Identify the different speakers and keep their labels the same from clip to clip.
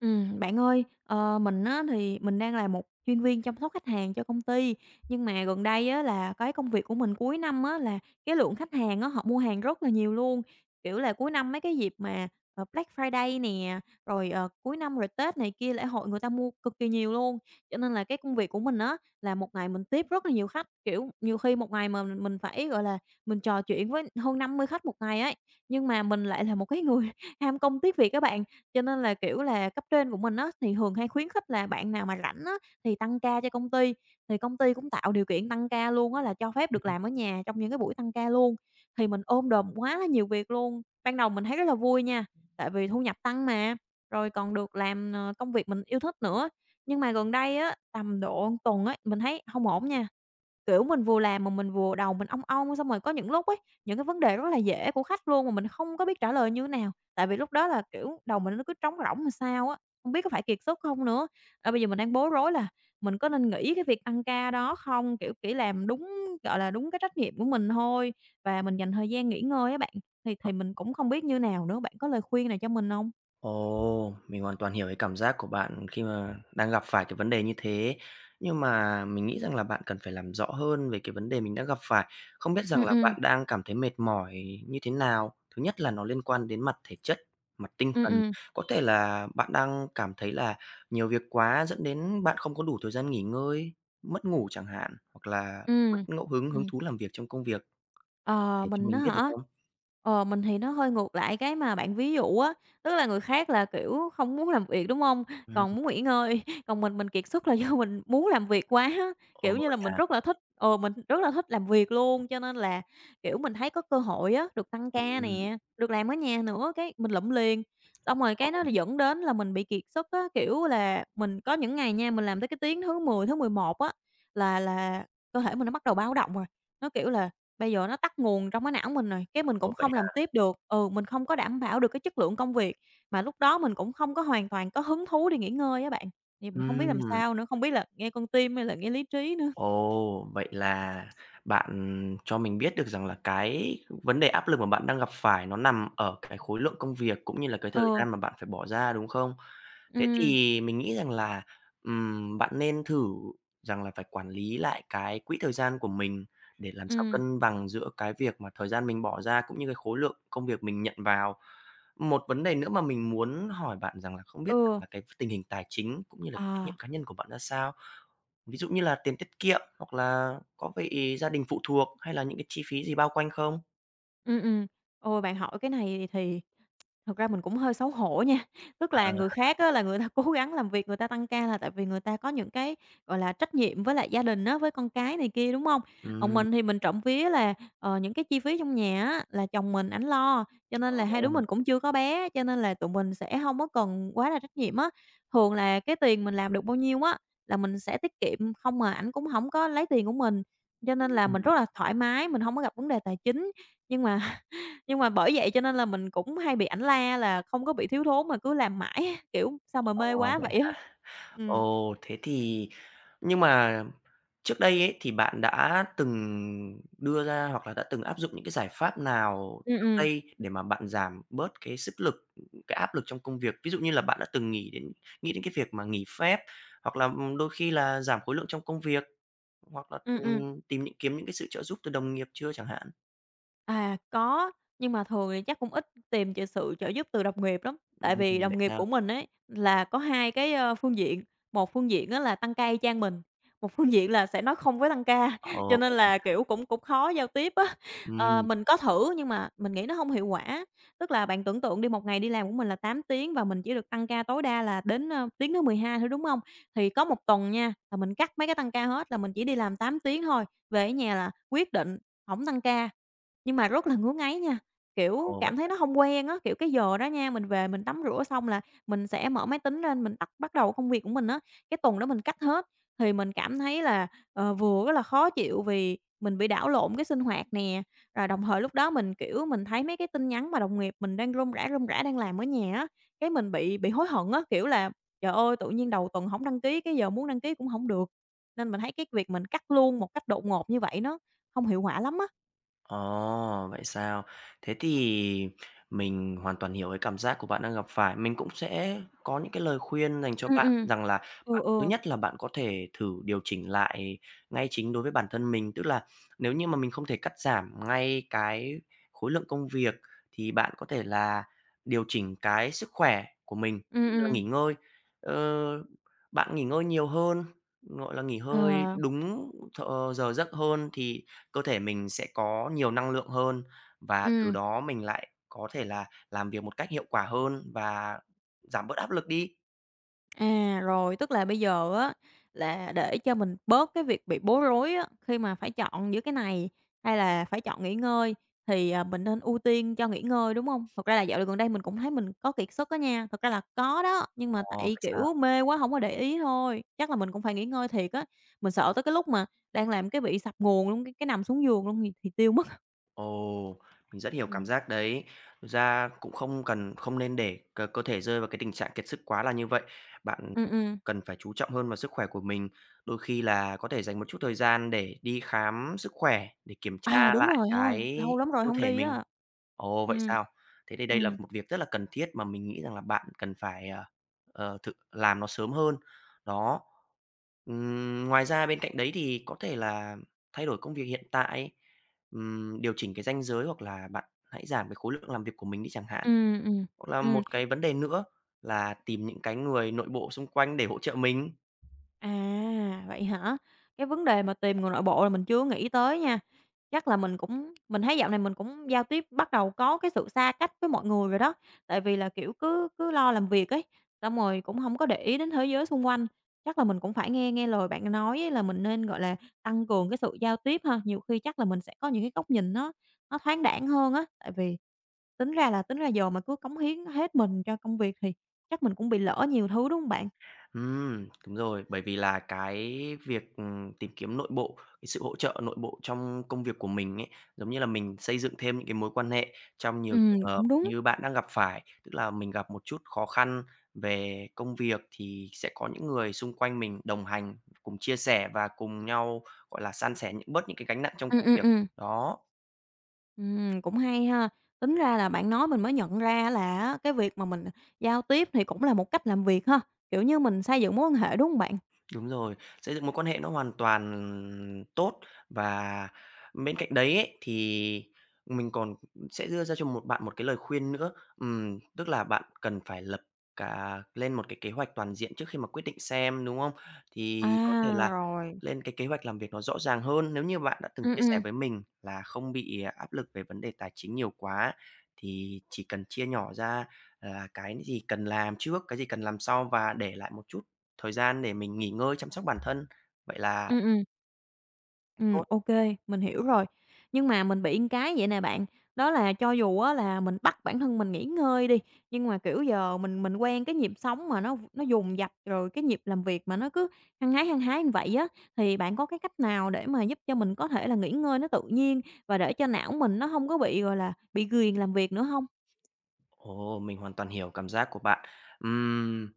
Speaker 1: Bạn ơi, mình á thì mình đang là một chuyên viên chăm sóc khách hàng cho công ty, nhưng mà gần đây á là cái công việc của mình cuối năm á là cái lượng khách hàng á, họ mua hàng rất là nhiều luôn. Kiểu là, cuối năm mấy cái dịp mà, Black Friday nè, rồi, cuối năm rồi Tết này kia, lễ hội người ta mua cực kỳ nhiều luôn. Cho nên là cái công việc của mình á là một ngày mình tiếp rất là nhiều khách, kiểu, nhiều khi một ngày mà mình phải, gọi là, mình trò chuyện với hơn 50 khách một ngày ấy, nhưng mà mình lại là một cái người ham công tiếc việc các bạn. Cho nên là, kiểu là, cấp trên của mình á, thì thường hay khuyến khích là bạn nào mà rảnh á, thì tăng ca cho công ty, thì công ty cũng tạo điều kiện tăng ca luôn á, là cho phép được
Speaker 2: Ừm.
Speaker 1: làm ở nhà trong những cái buổi tăng ca luôn. Thì mình ôm đồm quá là nhiều việc luôn, ban đầu mình thấy rất là vui nha, tại vì thu nhập tăng mà, rồi còn được làm, công việc mình yêu thích nữa. Nhưng mà gần đây á, tầm độ tuần ấy, mình thấy hông ổn nha. Kiểu, mình vừa làm mà mình vừa đầu mình ong ong, xong rồi có những lúc ấy, những cái vấn đề rất là dễ của khách luôn mà mình không có biết trả lời như thế nào, tại vì lúc đó là, kiểu, đầu mình nó cứ trống rỗng làm sao á, không biết có phải kiệt sức không nữa. À, bây giờ mình đang bối rối là mình có nên nghỉ cái việc tăng ca đó không? Kiểu, chỉ làm đúng, gọi là, đúng cái trách nhiệm của mình thôi và mình dành thời gian nghỉ ngơi á bạn, thì
Speaker 2: Ờ,
Speaker 1: thì mình cũng không biết như nào nữa. Bạn có lời khuyên nào cho mình không?
Speaker 2: ồ, mình hoàn toàn hiểu cái cảm giác của bạn khi mà đang gặp phải cái vấn đề như thế. Nhưng mà mình nghĩ rằng là bạn cần phải làm rõ hơn về cái vấn đề mình đã gặp phải. Không biết rằng
Speaker 1: Ừ,
Speaker 2: là
Speaker 1: ừ,
Speaker 2: bạn đang cảm thấy mệt mỏi như thế nào? Thứ nhất là nó liên quan đến mặt thể chất, mặt tinh
Speaker 1: ừ,
Speaker 2: thần.
Speaker 1: ừ.
Speaker 2: Có thể là bạn đang cảm thấy là nhiều việc quá dẫn đến bạn không có đủ thời gian nghỉ ngơi, mất ngủ chẳng hạn, hoặc là mất
Speaker 1: Ừm.
Speaker 2: ngẫu hứng, hứng
Speaker 1: Ừm.
Speaker 2: thú làm việc trong công việc.
Speaker 1: Ờ,
Speaker 2: Thể cho
Speaker 1: mình á
Speaker 2: mình biết được
Speaker 1: hả?
Speaker 2: không?
Speaker 1: Ờ, mình thì nó hơi ngược lại cái mà bạn ví dụ á, tức là người khác là, kiểu, không muốn làm việc, đúng hông?
Speaker 2: Ừm,
Speaker 1: Còn muốn nghỉ ngơi, còn mình kiệt sức là do mình muốn làm việc quá á,
Speaker 2: ồ,
Speaker 1: kiểu như là,
Speaker 2: vậy à?
Speaker 1: mình rất là thích làm việc luôn, cho nên là, kiểu, mình thấy có cơ hội á, được tăng ca
Speaker 2: Ừm,
Speaker 1: nè, được làm ở nhà nữa, cái mình lụm liền. Xong rồi cái
Speaker 2: ồ,
Speaker 1: nó dẫn đến là mình bị kiệt sức á, kiểu là, mình có những ngày nha, mình làm tới cái tiếng thứ 10, thứ 11 á là cơ thể mình nó bắt đầu báo động rồi, nó, kiểu là bây giờ nó tắt nguồn trong cái não mình rồi, cái mình
Speaker 2: ồ,
Speaker 1: cũng không
Speaker 2: vậy
Speaker 1: làm tiếp được. Ừ, mình không có đảm bảo được cái chất lượng công việc, mà lúc đó mình cũng không có hoàn toàn có hứng thú để nghỉ ngơi á bạn, thì mình không biết làm
Speaker 2: Ừm,
Speaker 1: sao nữa, không biết là nghe con tim hay là nghe lý trí nữa.
Speaker 2: ồ, vậy là bạn cho mình biết được rằng là cái vấn đề áp lực mà bạn đang gặp phải nó nằm ở cái khối lượng công việc, cũng như là cái thời
Speaker 1: Ừ,
Speaker 2: gian mà bạn phải bỏ ra, đúng không? Thế
Speaker 1: ừm,
Speaker 2: thì mình nghĩ rằng là, bạn nên thử rằng là phải quản lý lại cái quỹ thời gian của mình để làm sao
Speaker 1: ừm,
Speaker 2: cân bằng giữa cái việc mà thời gian mình bỏ ra, cũng như cái khối lượng công việc mình nhận vào. Một vấn đề nữa mà mình muốn hỏi bạn rằng là không biết
Speaker 1: ừ,
Speaker 2: là cái tình hình tài chính cũng như là cái trách
Speaker 1: à,
Speaker 2: nhiệm cá nhân của bạn ra sao? Ví dụ như là tiền tiết kiệm hoặc là có bị gia đình phụ thuộc hay là những cái chi phí gì bao quanh không?
Speaker 1: ừm. Ôi, bạn hỏi cái này thì thật ra mình cũng hơi xấu hổ nha, tức
Speaker 2: À,
Speaker 1: là người khác á là người ta cố gắng làm việc, người ta tăng ca là tại vì người ta có những cái, gọi là, trách nhiệm với lại gia đình á, với con cái này kia, đúng không? Còn
Speaker 2: ừm,
Speaker 1: mình thì mình trộm vía là, những cái chi phí trong nhà á là chồng mình ảnh lo, cho nên là hai
Speaker 2: ờ,
Speaker 1: đứa mình cũng chưa có bé, cho nên là tụi mình sẽ không có cần quá là trách nhiệm á. Thường là cái tiền mình làm được bao nhiêu á là mình sẽ tiết kiệm, không mà ảnh cũng không có lấy tiền của mình, cho nên là mình
Speaker 2: ừm,
Speaker 1: rất là thoải mái, mình không có gặp vấn đề tài chính. Nhưng mà nhưng mà bởi vậy cho nên là mình cũng hay bị ảnh la là không có bị thiếu thốn mà cứ làm mãi á, kiểu, sao mà
Speaker 2: ờ,
Speaker 1: mê quá
Speaker 2: vậy
Speaker 1: vậy á.
Speaker 2: hả?
Speaker 1: Ừm.
Speaker 2: Ồ, thế thì nhưng mà trước đây ấy thì bạn đã từng đưa ra hoặc là đã từng áp dụng những cái giải pháp nào
Speaker 1: Ừm,
Speaker 2: trước
Speaker 1: ừm.
Speaker 2: đây để mà bạn giảm bớt cái sức lực, cái áp lực trong công việc? Ví dụ như là bạn đã từng nghĩ đến cái việc mà nghỉ phép hoặc là, đôi khi là giảm khối lượng trong công việc, hoặc là,
Speaker 1: Ừm, ừm.
Speaker 2: tìm những kiếm những cái sự trợ giúp từ đồng nghiệp chưa chẳng hạn?
Speaker 1: À, có, nhưng mà thường thì chắc cũng ít tìm sự trợ giúp từ đồng nghiệp lắm. Tại vì đồng
Speaker 2: Vậy
Speaker 1: nghiệp
Speaker 2: sao?
Speaker 1: của mình ấy là có 2 cái, phương diện, một phương diện á là tăng ca y chang mình, một phương diện là sẽ nói không với tăng ca, cho
Speaker 2: Ồ,
Speaker 1: nên
Speaker 2: vậy
Speaker 1: là,
Speaker 2: hả?
Speaker 1: kiểu, cũng cũng khó giao tiếp á. Ờ,
Speaker 2: Ừm,
Speaker 1: mình có thử nhưng mà mình nghĩ nó không hiệu quả. Tức là bạn tưởng tượng đi, một ngày đi làm của mình là 8 tiếng và mình chỉ được tăng ca tối đa là đến, tiếng thứ 12 thôi, đúng không? Thì có một tuần nha, là mình cắt mấy cái tăng ca hết, là mình chỉ đi làm 8 tiếng thôi, về ở nhà là quyết định không tăng ca. Nhưng mà rất là ngứa ngáy nha, kiểu,
Speaker 2: ồ, vậy
Speaker 1: cảm thấy nó hông quen á, kiểu, cái giờ đó nha, mình về mình tắm rửa xong là mình sẽ mở máy tính lên, mình tắt bắt đầu công việc của mình á. Cái tuần đó mình cắt hết, thì mình cảm thấy là, vừa rất là khó chịu vì mình bị đảo lộn cái sinh hoạt nè, rồi đồng thời lúc đó mình, kiểu, mình thấy mấy cái tin nhắn mà đồng nghiệp mình đang rôm rả đang làm ở nhà á, cái mình bị hối hận á, kiểu là "Trời ơi, tự nhiên đầu tuần hổng đăng ký, cái giờ muốn đăng ký cũng hổng được." Nên mình thấy cái việc mình cắt luôn một cách đột ngột như vậy nó hông hiệu quả lắm á.
Speaker 2: Ồ, vậy sao? Thế thì mình hoàn toàn hiểu cái cảm giác của bạn đang gặp phải. Mình cũng sẽ có những cái lời khuyên dành cho
Speaker 1: Ừm,
Speaker 2: bạn
Speaker 1: ừm.
Speaker 2: rằng là
Speaker 1: Ừ,
Speaker 2: bạn thứ
Speaker 1: ừ.
Speaker 2: nhất là bạn có thể thử điều chỉnh lại ngay chính đối với bản thân mình, tức là nếu như mà mình không thể cắt giảm ngay cái khối lượng công việc thì bạn có thể là điều chỉnh cái sức khỏe của mình,
Speaker 1: Ừ,
Speaker 2: tức là
Speaker 1: ừ.
Speaker 2: nghỉ ngơi. Ờ, bạn nghỉ ngơi nhiều hơn, gọi là, nghỉ hơi
Speaker 1: Ờ.
Speaker 2: đúng th ờ, giờ giấc hơn thì cơ thể mình sẽ có nhiều năng lượng hơn và từ
Speaker 1: Ừm,
Speaker 2: đó mình lại có thể là làm việc một cách hiệu quả hơn và giảm bớt áp lực đi.
Speaker 1: à, rồi, tức là bây giờ á là để cho mình bớt cái việc bị bối rối á, khi mà phải chọn giữa cái này hay là phải chọn nghỉ ngơi thì, à, mình nên ưu tiên cho nghỉ ngơi, đúng không? Thật ra là dạo gần đây mình cũng thấy mình có kiệt sức á nha, thật ra là có đó, nhưng mà
Speaker 2: Ồ,
Speaker 1: tại,
Speaker 2: vậy sao?
Speaker 1: kiểu, mê quá không có để ý thôi, chắc là mình cũng phải nghỉ ngơi thiệt á. Mình sợ tới cái lúc mà đang làm cái bị sập nguồn luôn, cái nằm xuống giường luôn thì tiêu mất.
Speaker 2: Ồ, mình rất hiểu
Speaker 1: Ừ,
Speaker 2: cảm giác đấy. Thực ra cũng không cần không nên để cơ cơ thể rơi vào cái tình trạng kiệt sức quá là như vậy. Bạn
Speaker 1: ừ, ừm.
Speaker 2: cần phải chú trọng hơn vào sức khỏe của mình. Đôi khi là có thể dành một chút thời gian để đi khám sức khỏe, để kiểm
Speaker 1: À,
Speaker 2: tra
Speaker 1: đúng
Speaker 2: lại
Speaker 1: rồi ha,
Speaker 2: cái
Speaker 1: lâu lắm rồi
Speaker 2: cơ
Speaker 1: hông
Speaker 2: thể
Speaker 1: đi
Speaker 2: mình.
Speaker 1: á.
Speaker 2: Ồ, vậy
Speaker 1: Ừm.
Speaker 2: sao? Thế thì đây là
Speaker 1: Ừm,
Speaker 2: một việc rất là cần thiết mà mình nghĩ rằng là bạn cần phải, thực làm nó sớm hơn. Đó. Ngoài ra bên cạnh đấy thì có thể là thay đổi công việc hiện tại, điều chỉnh cái ranh giới hoặc là bạn hãy giảm cái khối lượng làm việc của mình đi chẳng hạn.
Speaker 1: ừm, ừm,
Speaker 2: Hoặc là
Speaker 1: ừm.
Speaker 2: một cái vấn đề nữa là tìm những cái người nội bộ xung quanh để hỗ trợ mình.
Speaker 1: À, vậy hả? Cái vấn đề mà tìm người nội bộ là mình chưa nghĩ tới nha. Chắc là mình thấy dạo này mình cũng giao tiếp bắt đầu có cái sự xa cách với mọi người rồi đó, tại vì là, kiểu, cứ cứ lo làm việc ấy, xong rồi cũng hông có để ý đến thế giới xung quanh. Chắc là mình cũng phải nghe nghe lời bạn nói ấy là mình nên, gọi là, tăng cường cái sự giao tiếp ha, nhiều khi chắc là mình sẽ có những cái góc nhìn nó thoáng đãng hơn á, tại vì tính ra giờ mà cứ cống hiến hết mình cho công việc thì chắc mình cũng bị lỡ nhiều thứ, đúng hông bạn?
Speaker 2: Đúng rồi, bởi vì là cái việc, tìm kiếm nội bộ, cái sự hỗ trợ nội bộ trong công việc của mình ấy, giống như là mình xây dựng thêm những cái mối quan hệ trong nhiều trường hợp
Speaker 1: Cũng đúng.
Speaker 2: như bạn đang gặp phải. Tức là mình gặp một chút khó khăn về công việc thì sẽ có những người xung quanh mình đồng hành, cùng chia sẻ và cùng nhau, gọi là, san sẻ những bớt những cái gánh nặng trong
Speaker 1: Ừm,
Speaker 2: công
Speaker 1: ừm,
Speaker 2: việc,
Speaker 1: ừm.
Speaker 2: đó.
Speaker 1: Cũng hay ha. Tính ra là bạn nói mình mới nhận ra là á, cái việc mà mình giao tiếp thì cũng là một cách làm việc ha, kiểu như, mình xây dựng mối quan hệ, đúng hông bạn?
Speaker 2: Đúng rồi, xây dựng mối quan hệ nó hoàn toàn tốt và bên cạnh đấy ấy, thì mình còn sẽ đưa ra cho một bạn một cái lời khuyên nữa. Tức là bạn cần phải lập cả lên một cái kế hoạch toàn diện trước khi mà quyết định xem, đúng không? Thì có thể
Speaker 1: À,
Speaker 2: là
Speaker 1: rồi.
Speaker 2: lên cái kế hoạch làm việc nó rõ ràng hơn. Nếu như bạn đã từng
Speaker 1: Ừm,
Speaker 2: chia sẻ
Speaker 1: ừm.
Speaker 2: với mình là không bị áp lực về vấn đề tài chính nhiều quá, thì chỉ cần chia nhỏ ra là cái gì cần làm trước, cái gì cần làm sau và để lại một chút thời gian để mình nghỉ ngơi chăm sóc bản thân, vậy là
Speaker 1: Ừm, ừm.
Speaker 2: tốt.
Speaker 1: Ok, mình hiểu rồi. Nhưng mà mình bị một cái vậy nè bạn, đó là cho dù á là mình bắt bản thân mình nghỉ ngơi đi, nhưng mà, kiểu, giờ mình quen cái nhịp sống mà nó dùng dập, rồi cái nhịp làm việc mà nó cứ hăng hái như vậy á, thì bạn có cái cách nào để mà giúp cho mình có thể là nghỉ ngơi nó tự nhiên và để cho não mình nó không có bị, gọi là, bị ghiền làm việc nữa không?
Speaker 2: Ồ, mình hoàn toàn hiểu cảm giác của bạn. Ừm,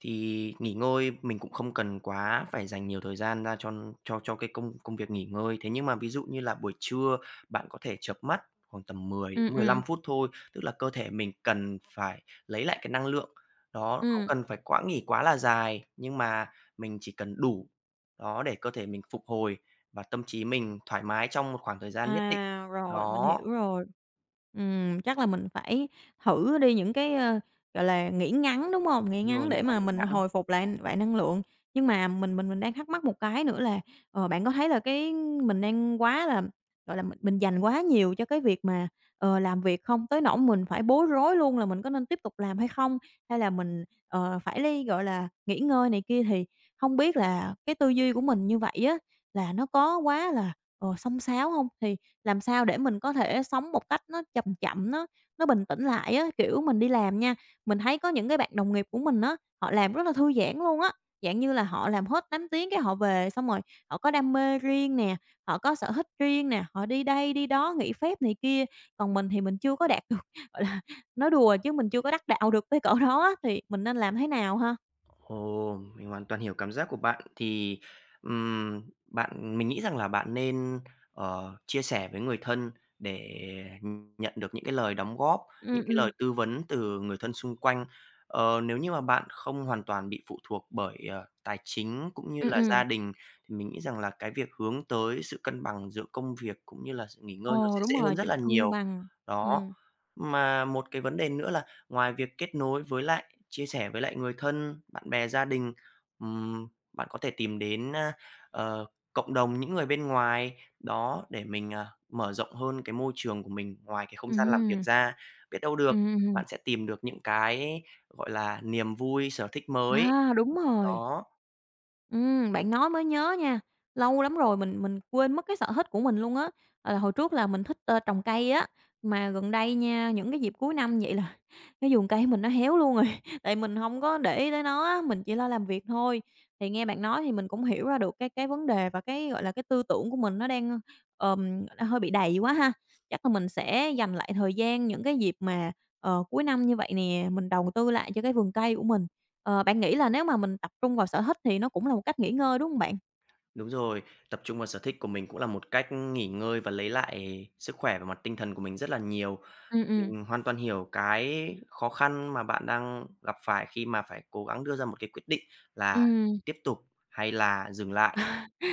Speaker 2: Thì nghỉ ngơi mình cũng không cần quá phải dành nhiều thời gian ra cho cái công công việc nghỉ ngơi. Thế nhưng mà ví dụ như là buổi trưa bạn có thể chợp mắt khoảng tầm 10 đến
Speaker 1: Ừm,
Speaker 2: mười
Speaker 1: ừm,
Speaker 2: lăm phút thôi, tức là cơ thể mình cần phải lấy lại cái năng lượng. Đó, không
Speaker 1: ừm.
Speaker 2: cần phải quá nghỉ quá là dài, nhưng mà mình chỉ cần đủ, đó, để cơ thể mình phục hồi và tâm trí mình thoải mái trong một khoảng thời gian nhất định.
Speaker 1: À, rồi, mình
Speaker 2: Đó,
Speaker 1: hiểu rồi. Chắc là mình phải thử đi những cái, gọi là, nghỉ ngắn, đúng không? Nghỉ
Speaker 2: đúng
Speaker 1: ngắn
Speaker 2: rồi,
Speaker 1: để
Speaker 2: những quá
Speaker 1: mà
Speaker 2: nghỉ
Speaker 1: mình
Speaker 2: ngã.
Speaker 1: hồi phục lại lại năng lượng. Nhưng mà mình đang thắc mắc một cái nữa là, bạn có thấy là cái mình đang quá là, gọi là, mình dành quá nhiều cho cái việc mà, làm việc không? Tới nỗi mình phải bối rối luôn là mình có nên tiếp tục làm hay không? Hay là mình, phải đi gọi là, nghỉ ngơi này kia? Thì không biết là cái tư duy của mình như vậy á, là nó có quá là xông xáo hông? Thì làm sao để mình có thể sống một cách nó chậm chậm, nó bình tĩnh lại á. Kiểu, mình đi làm nha, mình thấy có những cái bạn đồng nghiệp của mình á, họ làm rất là thư giãn luôn á, dạng như là họ làm hết 8 tiếng cái họ về, xong rồi họ có đam mê riêng nè, họ có sở thích riêng nè, họ đi đây đi đó, nghỉ phép này kia. Còn mình thì mình chưa có đạt được, gọi là, nói đùa chứ mình chưa có đắc đạo được tới cỡ đó á, thì mình nên làm thế nào ha?
Speaker 2: Ồ, mình hoàn toàn hiểu cảm giác của bạn. Thì, bạn mình nghĩ rằng là bạn nên, chia sẻ với người thân để nhận được những cái lời đóng góp,
Speaker 1: Ừm,
Speaker 2: những cái
Speaker 1: ừm,
Speaker 2: lời tư vấn từ người thân xung quanh. Ờ, nếu như mà bạn không hoàn toàn bị phụ thuộc bởi, tài chính cũng như
Speaker 1: ừm,
Speaker 2: là
Speaker 1: ừm.
Speaker 2: gia đình, thì mình nghĩ rằng là cái việc hướng tới sự cân bằng giữa công việc cũng như là sự nghỉ ngơi nó
Speaker 1: Ờ,
Speaker 2: sẽ
Speaker 1: đúng
Speaker 2: dễ
Speaker 1: rồi,
Speaker 2: hơn rất
Speaker 1: chịu
Speaker 2: là
Speaker 1: cân
Speaker 2: nhiều.
Speaker 1: bằng.
Speaker 2: Đó,
Speaker 1: Ừm,
Speaker 2: mà một cái vấn đề nữa là ngoài việc kết nối với lại chia sẻ với lại người thân, bạn bè, gia đình, bạn có thể tìm đến, ờ, cộng đồng những người bên ngoài đó để mình, mở rộng hơn cái môi trường của mình ngoài cái không gian làm việc
Speaker 1: hưm,
Speaker 2: ra. Biết đâu được,
Speaker 1: ừm.
Speaker 2: bạn sẽ tìm được những cái, gọi là, niềm vui, sở thích mới.
Speaker 1: À, đúng rồi.
Speaker 2: Đó,
Speaker 1: Bạn nói mới nhớ nha, lâu lắm rồi mình quên mất cái sở thích của mình luôn á. Là hồi trước là mình thích, trồng cây á, mà gần đây nha, những cái dịp cuối năm vậy là cái vườn cây mình nó héo luôn rồi, tại mình không có để ý tới nó á, mình chỉ lo làm việc thôi. Thì nghe bạn nói thì mình cũng hiểu ra được cái vấn đề và cái, gọi là, cái tư tưởng của mình nó đang, nó hơi bị đầy quá ha. Chắc là mình sẽ dành lại thời gian những cái dịp mà, cuối năm như vậy nè, mình đầu tư lại cho cái vườn cây của mình. Ờ, bạn nghĩ là nếu mà mình tập trung vào sở thích thì nó cũng là một cách nghỉ ngơi, đúng hông bạn?
Speaker 2: đúng rồi, tập trung vào sở thích của mình cũng là một cách nghỉ ngơi và lấy lại sức khỏe về mặt tinh thần của mình rất là nhiều.
Speaker 1: Ừm, ừm,
Speaker 2: Mình hoàn toàn hiểu cái khó khăn mà bạn đang gặp phải khi mà phải cố gắng đưa ra một cái quyết định là
Speaker 1: ừm,
Speaker 2: tiếp tục hay là dừng lại.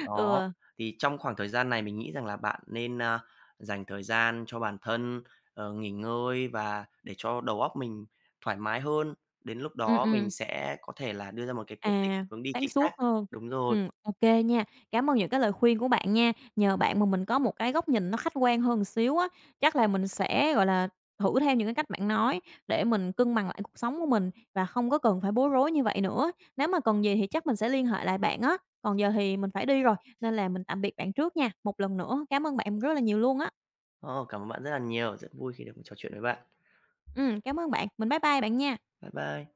Speaker 2: Đó,
Speaker 1: ừ,
Speaker 2: thì trong khoảng thời gian này mình nghĩ rằng là bạn nên, dành thời gian cho bản thân, nghỉ ngơi và để cho đầu óc mình thoải mái hơn. Đến lúc
Speaker 1: ừm,
Speaker 2: đó
Speaker 1: ừm,
Speaker 2: mình sẽ có thể là đưa ra một cái quyết định,
Speaker 1: à,
Speaker 2: hướng đi
Speaker 1: sáng
Speaker 2: chính xác.
Speaker 1: suốt hơn.
Speaker 2: Đúng rồi.
Speaker 1: Ô kê nha, cảm ơn những cái lời khuyên của bạn nha. Nhờ bạn mà mình có một cái góc nhìn nó khách quan hơn một xíu á, chắc là mình sẽ, gọi là, thử theo những cái cách bạn nói để mình cân bằng lại cuộc sống của mình và không có cần phải bối rối như vậy nữa. Nếu mà cần gì thì chắc mình sẽ liên hệ lại bạn á, còn giờ thì mình phải đi rồi, nên là mình tạm biệt bạn trước nha. Một lần nữa cám ơn bạn rất là nhiều luôn á.
Speaker 2: Ờ, cảm ơn bạn rất là nhiều, rất vui khi được trò chuyện với bạn.
Speaker 1: Cảm ơn bạn. Mình bye bye bạn nha.
Speaker 2: Bye bye.